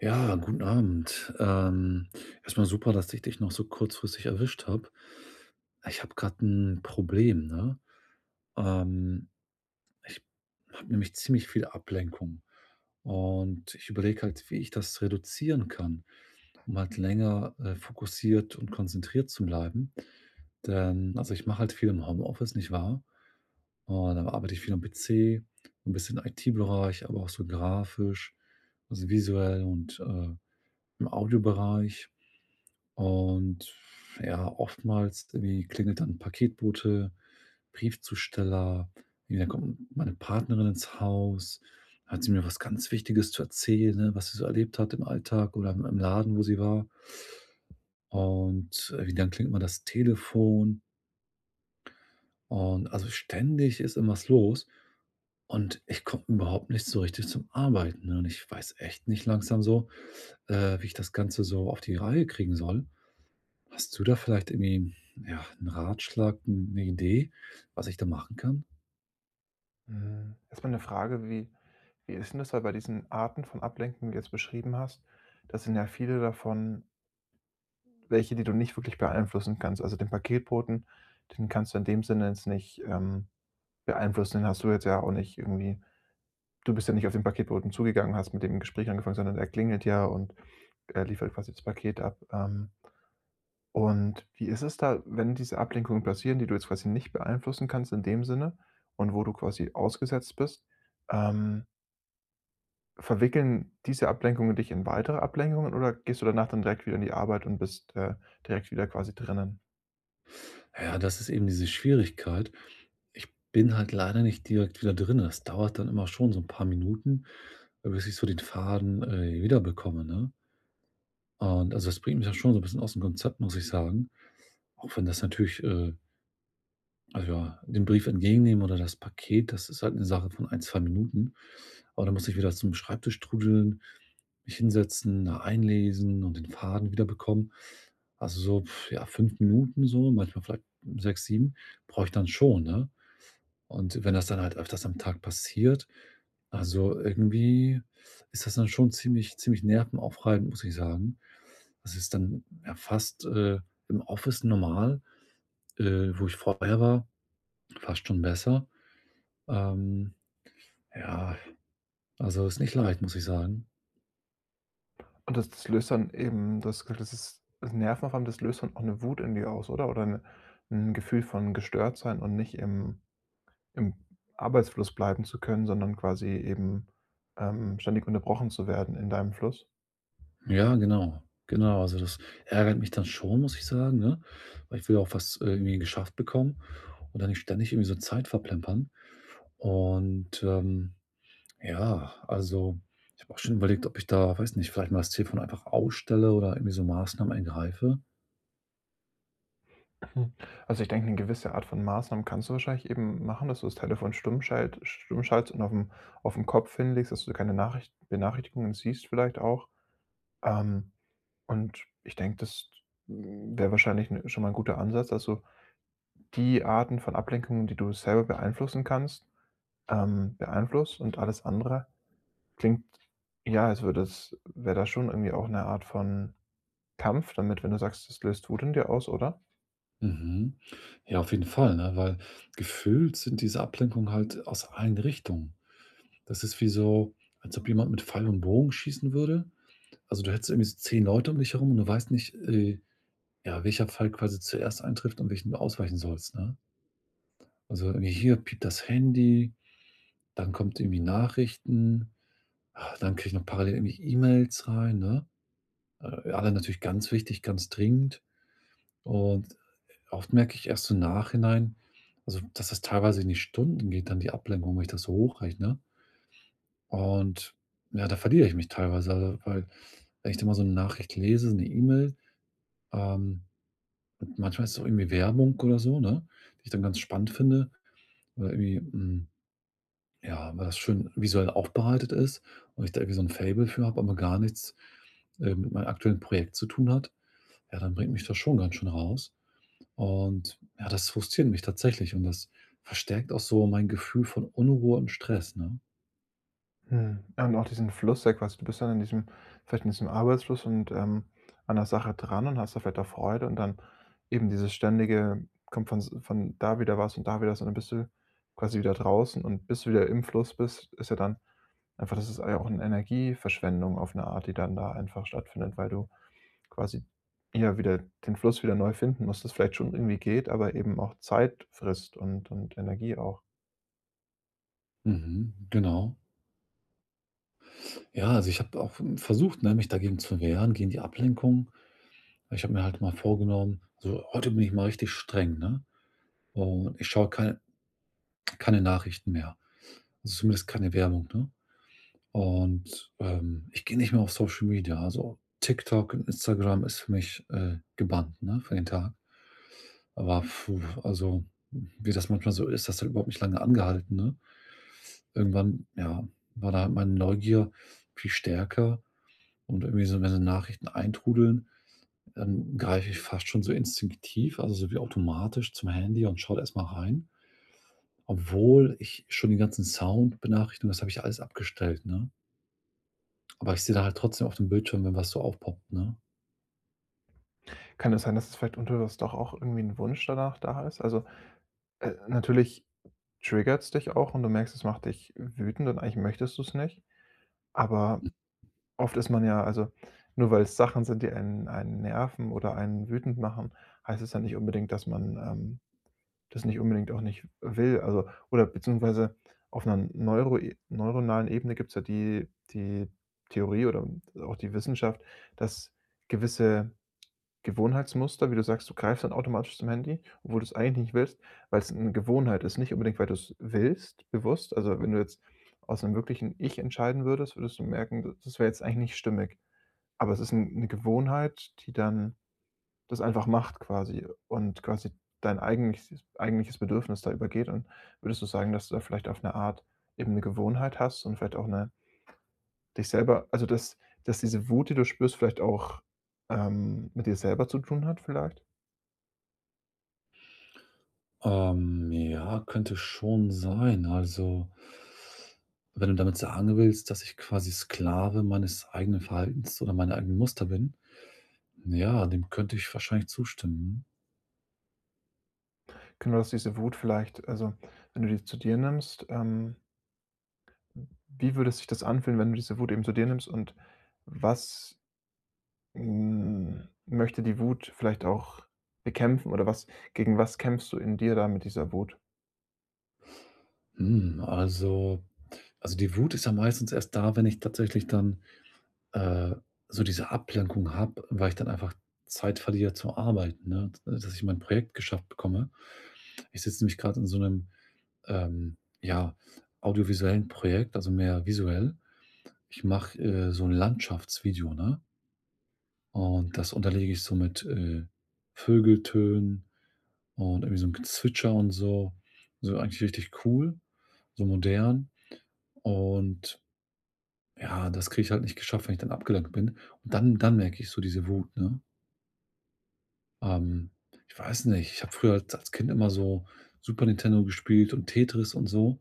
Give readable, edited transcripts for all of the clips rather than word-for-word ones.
Ja, guten Abend. Erst super, dass ich dich noch so kurzfristig erwischt habe. Ich habe gerade ein Problem, ne? Ähm, Ich habe nämlich ziemlich viel Ablenkung und ich überlege halt, wie ich das reduzieren kann, um halt länger, fokussiert und konzentriert zu bleiben. Denn also, ich mache halt viel im Homeoffice, nicht wahr? Und da arbeite ich viel am PC, ein bisschen IT-Bereich, aber auch so grafisch, also visuell und, im Audiobereich. Und ja, oftmals irgendwie klingelt dann Paketbote, Briefzusteller, irgendwie dann kommt meine Partnerin ins Haus, hat sie mir was ganz Wichtiges zu erzählen, ne, was sie so erlebt hat im Alltag oder im Laden, wo sie war. Und irgendwie dann klingt mal das Telefon und also ständig ist irgendwas los und ich komme überhaupt nicht so richtig zum Arbeiten, ne? Und ich weiß echt nicht langsam so, wie ich das Ganze so auf die Reihe kriegen soll. Hast du da vielleicht irgendwie, ja, einen Ratschlag, 'n 'ne Idee, was ich da machen kann? Mhm. Erst mal 'ne Frage, wie ist denn das, weil bei diesen Arten von Ablenkung, die du jetzt beschrieben hast, das sind ja viele davon welche, die du nicht wirklich beeinflussen kannst. Also, den Paketboten, den kannst du in dem Sinne jetzt nicht, beeinflussen. Den hast du jetzt ja auch nicht irgendwie, du bist ja nicht auf den Paketboten zugegangen, hast mit dem Gespräch angefangen, sondern er klingelt ja und er liefert quasi das Paket ab. Und wie ist es da, wenn diese Ablenkungen passieren, die du jetzt quasi nicht beeinflussen kannst in dem Sinne und wo du quasi ausgesetzt bist? Ähm, Verwickeln diese Ablenkungen dich in weitere Ablenkungen oder gehst du danach dann direkt wieder in die Arbeit und bist, direkt wieder quasi drinnen? Ja, das ist eben diese Schwierigkeit. Ich bin halt leider nicht direkt wieder drin. Das dauert dann immer schon so ein paar Minuten, bis ich so den Faden, wiederbekomme, ne? Und also, das bringt mich ja schon so ein bisschen aus dem Konzept, muss ich sagen. Auch wenn das natürlich, also, ja, den Brief entgegennehmen oder das Paket, das ist halt eine Sache von ein 2 Minuten. Aber dann muss ich wieder zum Schreibtisch trudeln, mich hinsetzen, da einlesen und den Faden wiederbekommen. Also so, pf, ja, 5 Minuten so, manchmal vielleicht 6, 7, brauche ich dann schon, ne? Und wenn das dann halt öfters am Tag passiert, also irgendwie ist das dann schon ziemlich ziemlich nervenaufreibend, muss ich sagen. Das ist dann ja fast, im Office normal, wo ich vorher war, fast schon besser. Ähm, ja, also ist nicht leicht, muss ich sagen. Und das löst dann eben, du hast gesagt, das ist das Nervenaufwand, das löst dann auch eine Wut in dir aus, oder? Oder 'ne 'n Gefühl von gestört sein und nicht im Arbeitsfluss bleiben zu können, sondern quasi eben, ständig unterbrochen zu werden in deinem Fluss? Ja, genau. Genau, also das ärgert mich dann schon, muss ich sagen, ne? Weil ich will ja auch was irgendwie geschafft bekommen und dann nicht ständig irgendwie so Zeit verplempern. Und, ja, also ich habe auch schon überlegt, ob ich da, weiß nicht, vielleicht mal das Telefon einfach ausstelle oder irgendwie so Maßnahmen ergreife. Hm. Also, ich denke, eine gewisse Art von Maßnahmen kannst du wahrscheinlich eben machen, dass du das Telefon stumm schaltest und auf dem Kopf hinlegst, dass du keine Nachricht Benachrichtigungen siehst vielleicht auch. Ähm, und ich denke, das, wäre wahrscheinlich 'n schon mal ein guter Ansatz, dass du die Arten von Ablenkungen, die du selber beeinflussen kannst, beeinflusst und alles andere klingt, ja, als würde es, wäre da schon irgendwie auch eine Art von Kampf damit, wenn du sagst, das löst Wut in dir aus, oder? Mhm. Ja, auf jeden Fall, ne? Weil gefühlt sind diese Ablenkungen halt aus allen Richtungen. Das ist wie so, als ob jemand mit Pfeil und Bogen schießen würde. Also du hättest irgendwie so 10 Leute um dich herum und du weißt nicht, ja, welcher Fall quasi zuerst eintrifft und welchen du ausweichen sollst, ne? Also, irgendwie hier piept das Handy, dann kommt irgendwie Nachrichten, ah, dann kriege ich noch parallel irgendwie E-Mails rein, ne? Alle natürlich ganz wichtig, ganz dringend. Und oft merke ich erst so im Nachhinein, also, dass das teilweise in die Stunden geht, dann die Ablenkung, wenn ich das so hochrechne. Und ja, da verliere ich mich teilweise, also, weil wenn ich da mal so eine Nachricht lese, so eine E-Mail, ähm, und manchmal ist es auch irgendwie Werbung oder so, ne, die ich dann ganz spannend finde. Oder irgendwie, hm, ja, weil das schön visuell aufbereitet ist und ich da irgendwie so ein Faible für habe, aber gar nichts, mit meinem aktuellen Projekt zu tun hat, ja, dann bringt mich das schon ganz schön raus. Und ja, das frustriert mich tatsächlich und das verstärkt auch so mein Gefühl von Unruhe und Stress, ne? Mhm. Ja, und auch diesen Fluss ja quasi. Du bist dann in diesem, vielleicht in diesem Arbeitsfluss und, an der Sache dran und hast da vielleicht auch Freude und dann eben dieses ständige, kommt von s von da wieder was und da wieder was und dann bist du quasi wieder draußen und bis du wieder im Fluss bist, ist ja dann einfach, das ist ja auch eine Energieverschwendung auf eine Art, die dann da einfach stattfindet, weil du quasi, ja, wieder den Fluss wieder neu finden musst, das vielleicht schon irgendwie geht, aber eben auch Zeit frisst und Energie auch. Mhm, genau. Ja, also ich habe auch, hm, versucht, ne, mich dagegen zu wehren, gegen die Ablenkung. Ich habe mir halt mal vorgenommen, so: „Heute bin ich mal richtig streng“, ne? Und ich schaue keine Nachrichten mehr, also zumindest keine Werbung, ne? Und, ich gehe nicht mehr auf Social Media. Also, TikTok und Instagram ist für mich, gebannt, ne, für den Tag. Aber puh, also, wie das manchmal so ist, das hat überhaupt nicht lange angehalten, ne? Irgendwann, ja, war da halt meine Neugier viel stärker und irgendwie so, wenn so Nachrichten eintrudeln, dann greife ich fast schon so instinktiv, also so wie automatisch zum Handy und schaue da erst mal rein, obwohl ich schon die ganzen Sound-Benachrichtigungen das habe ich alles abgestellt, ne? Aber ich sehe da halt trotzdem auf dem Bildschirm, wenn was so aufpoppt, ne? Kann es sein, dass es vielleicht unterbewusst doch auch irgendwie ein Wunsch danach da ist? Also, natürlich triggert's dich auch und du merkst, es macht dich wütend und eigentlich möchtest du es nicht. Aber oft ist man ja, also, nur weil es Sachen sind, die einen nerven oder einen wütend machen, heißt es ja nicht unbedingt, dass man, das nicht unbedingt auch nicht will. Also, oder beziehungsweise auf einer neuronalen Ebene gibt es ja die Theorie oder auch die Wissenschaft, dass gewisse Gewohnheitsmuster, wie du sagst, du greifst dann automatisch zum Handy, obwohl du es eigentlich nicht willst, weil es 'ne Gewohnheit ist, nicht unbedingt, weil du es willst, bewusst. Also, wenn du jetzt aus 'nem wirklichen Ich entscheiden würdest, würdest du merken, d das wäre jetzt eigentlich nicht stimmig. Aber es ist 'n 'ne Gewohnheit, die dann das einfach macht quasi und quasi dein eigentliches Bedürfnis da übergeht, und würdest du sagen, dass du da vielleicht auf 'ne Art eben 'ne Gewohnheit hast und vielleicht auch 'ne dich selber, also, dass diese Wut, die du spürst, vielleicht auch, mit dir selber zu tun hat vielleicht? Ja, könnte schon sein. Also, wenn du damit sagen willst, dass ich quasi Sklave meines eigenen Verhaltens oder meiner eigenen Muster bin, ja, dem könnte ich wahrscheinlich zustimmen. Genau, dass diese Wut vielleicht, also, wenn du die zu dir nimmst, wie würde sich das anfühlen, wenn du diese Wut eben zu dir nimmst und was, möchte die Wut vielleicht auch bekämpfen, oder was, gegen was kämpfst du in dir da mit dieser Wut? Hm, also die Wut ist ja meistens erst da, wenn ich tatsächlich dann äh, so diese Ablenkung habe, weil ich dann einfach Zeit verliere zur Arbeit, ne? Dass ich mein Projekt geschafft bekomme. Ich sitze nämlich gerade in so einem ja, audiovisuellen Projekt, also mehr visuell. Ich mache, so ein Landschaftsvideo, ne? Und das unterlege ich so mit, Vögeltönen und irgendwie so 'n Gezwitscher und so. So eigentlich richtig cool, so modern. Und ja, das kriege ich halt nicht geschafft, wenn ich dann abgelenkt bin. Und dann merke ich so diese Wut, ne? Ähm, ich weiß nicht, ich habe früher als Kind immer so Super Nintendo gespielt und Tetris und so.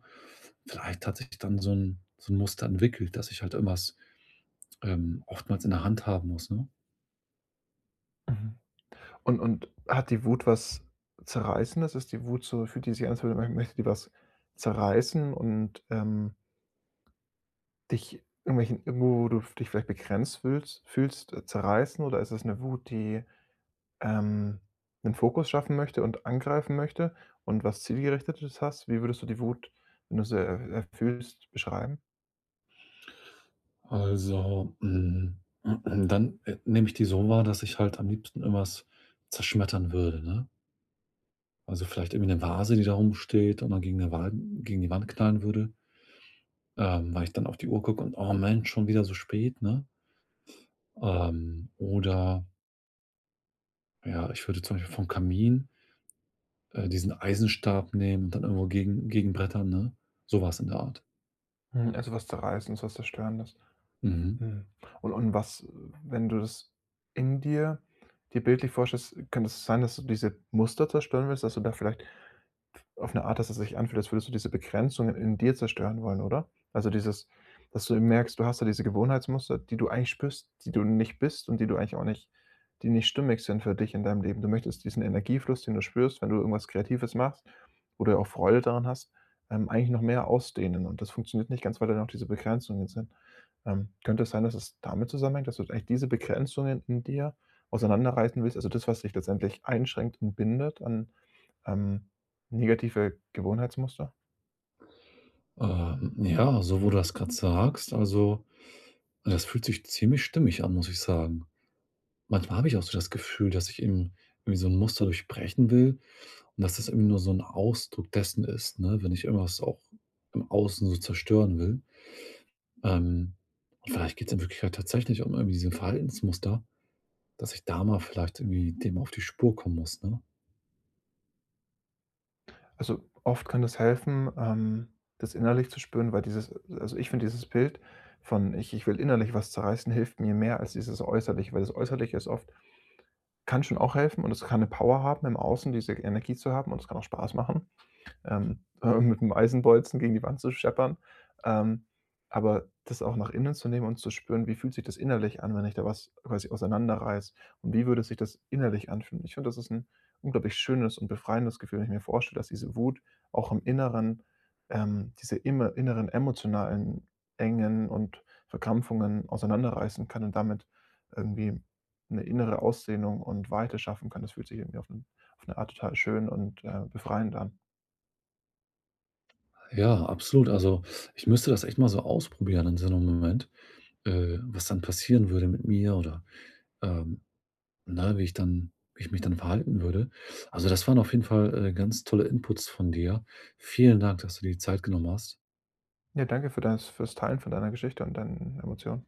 Vielleicht hat sich dann so ein Muster entwickelt, dass ich halt irgendwas, oftmals in der Hand haben muss, ne? Mhm. Und hat die Wut was Zerreißendes? Ist die Wut so, fühlt die sich an, als würde, mö möchte die was zerreißen und, dich irgendwelchen irgendwo, wo du dich vielleicht begrenzt fühlst, zerreißen, oder ist es eine Wut, die, ähm, 'nen Fokus schaffen möchte und angreifen möchte und was Zielgerichtetes hast, wie würdest du die Wut, wenn du sie er erfühlst, beschreiben? Also, hm, dann, nehme ich die so wahr, dass ich halt am liebsten irgendwas zerschmettern würde, ne? Also, vielleicht irgendwie 'ne Vase, die da rumsteht und dann gegen die Wand knallen würde, weil ich dann auf die Uhr gucke und: „Oh Mensch, schon wieder so spät“, ne? Oder ja, ich würde zum Beispiel vom Kamin, diesen Eisenstab nehmen und dann irgendwo gegen gegenbrettern, ne? So was in der Art. Hm, also, was Zerreißendes, was Zerstörendes. Mhm. Hm. Und was, wenn du das in dir bildlich vorstellst, könnte es sein, dass du diese Muster zerstören willst, dass du da vielleicht auf eine Art, dass es sich anfühlt, als würdest du diese Begrenzungen in dir zerstören wollen, oder? Also, dieses, dass du merkst, du hast da diese Gewohnheitsmuster, die du eigentlich spürst, die du nicht bist und die du eigentlich auch nicht, die nicht stimmig sind für dich in deinem Leben. Du möchtest diesen Energiefluss, den du spürst, wenn du irgendwas Kreatives machst oder auch Freude daran hast, eigentlich noch mehr ausdehnen und das funktioniert nicht ganz, weil da noch diese Begrenzungen sind. Könnte es sein, dass es damit zusammenhängt, dass du eigentlich diese Begrenzungen in dir auseinanderreißen willst, also das, was dich letztendlich einschränkt und bindet an, ähm, negative Gewohnheitsmuster? Ja, so wo du das gerade sagst, also, das fühlt sich ziemlich stimmig an, muss ich sagen. Manchmal habe ich auch so das Gefühl, dass ich eben irgendwie so ein Muster durchbrechen will und dass das irgendwie nur so ein Ausdruck dessen ist, ne, wenn ich irgendwas auch im Außen so zerstören will. Ähm, und vielleicht geht es in Wirklichkeit tatsächlich um irgendwie diese Verhaltensmuster, dass ich da mal vielleicht irgendwie dem auf die Spur kommen muss, ne? Also, oft kann das helfen, das innerlich zu spüren, weil dieses, also, ich finde dieses Bild von: „Ich will innerlich was zerreißen“, hilft mir mehr als dieses Äußerliche, weil das Äußerliche ist oft, kann schon auch helfen und es kann 'ne Power haben, im Außen diese Energie zu haben und es kann auch Spaß machen. ähm, mit einem Eisenbolzen gegen die Wand zu scheppern. Ähm, aber das auch nach innen zu nehmen und zu spüren, wie fühlt sich das innerlich an, wenn ich da was quasi auseinanderreiß, und wie würde sich das innerlich anfühlen. Ich finde, das ist ein unglaublich schönes und befreiendes Gefühl, wenn ich mir vorstelle, dass diese Wut auch im Inneren, diese immer inneren emotionalen Engen und Verkrampfungen auseinanderreißen kann und damit irgendwie eine innere Ausdehnung und Weite schaffen kann. Das fühlt sich irgendwie auf, auf eine Art total schön und befreiend an. Ja, absolut. Also, ich müsste das echt mal so ausprobieren in so einem Moment, was dann passieren würde mit mir oder, ähm ne, wie ich dann wie ich mich dann verhalten würde. Also, das waren auf jeden Fall, ganz tolle Inputs von dir. Vielen Dank, dass du dir die Zeit genommen hast. Ja, danke für das fürs Teilen von deiner Geschichte und deinen Emotionen.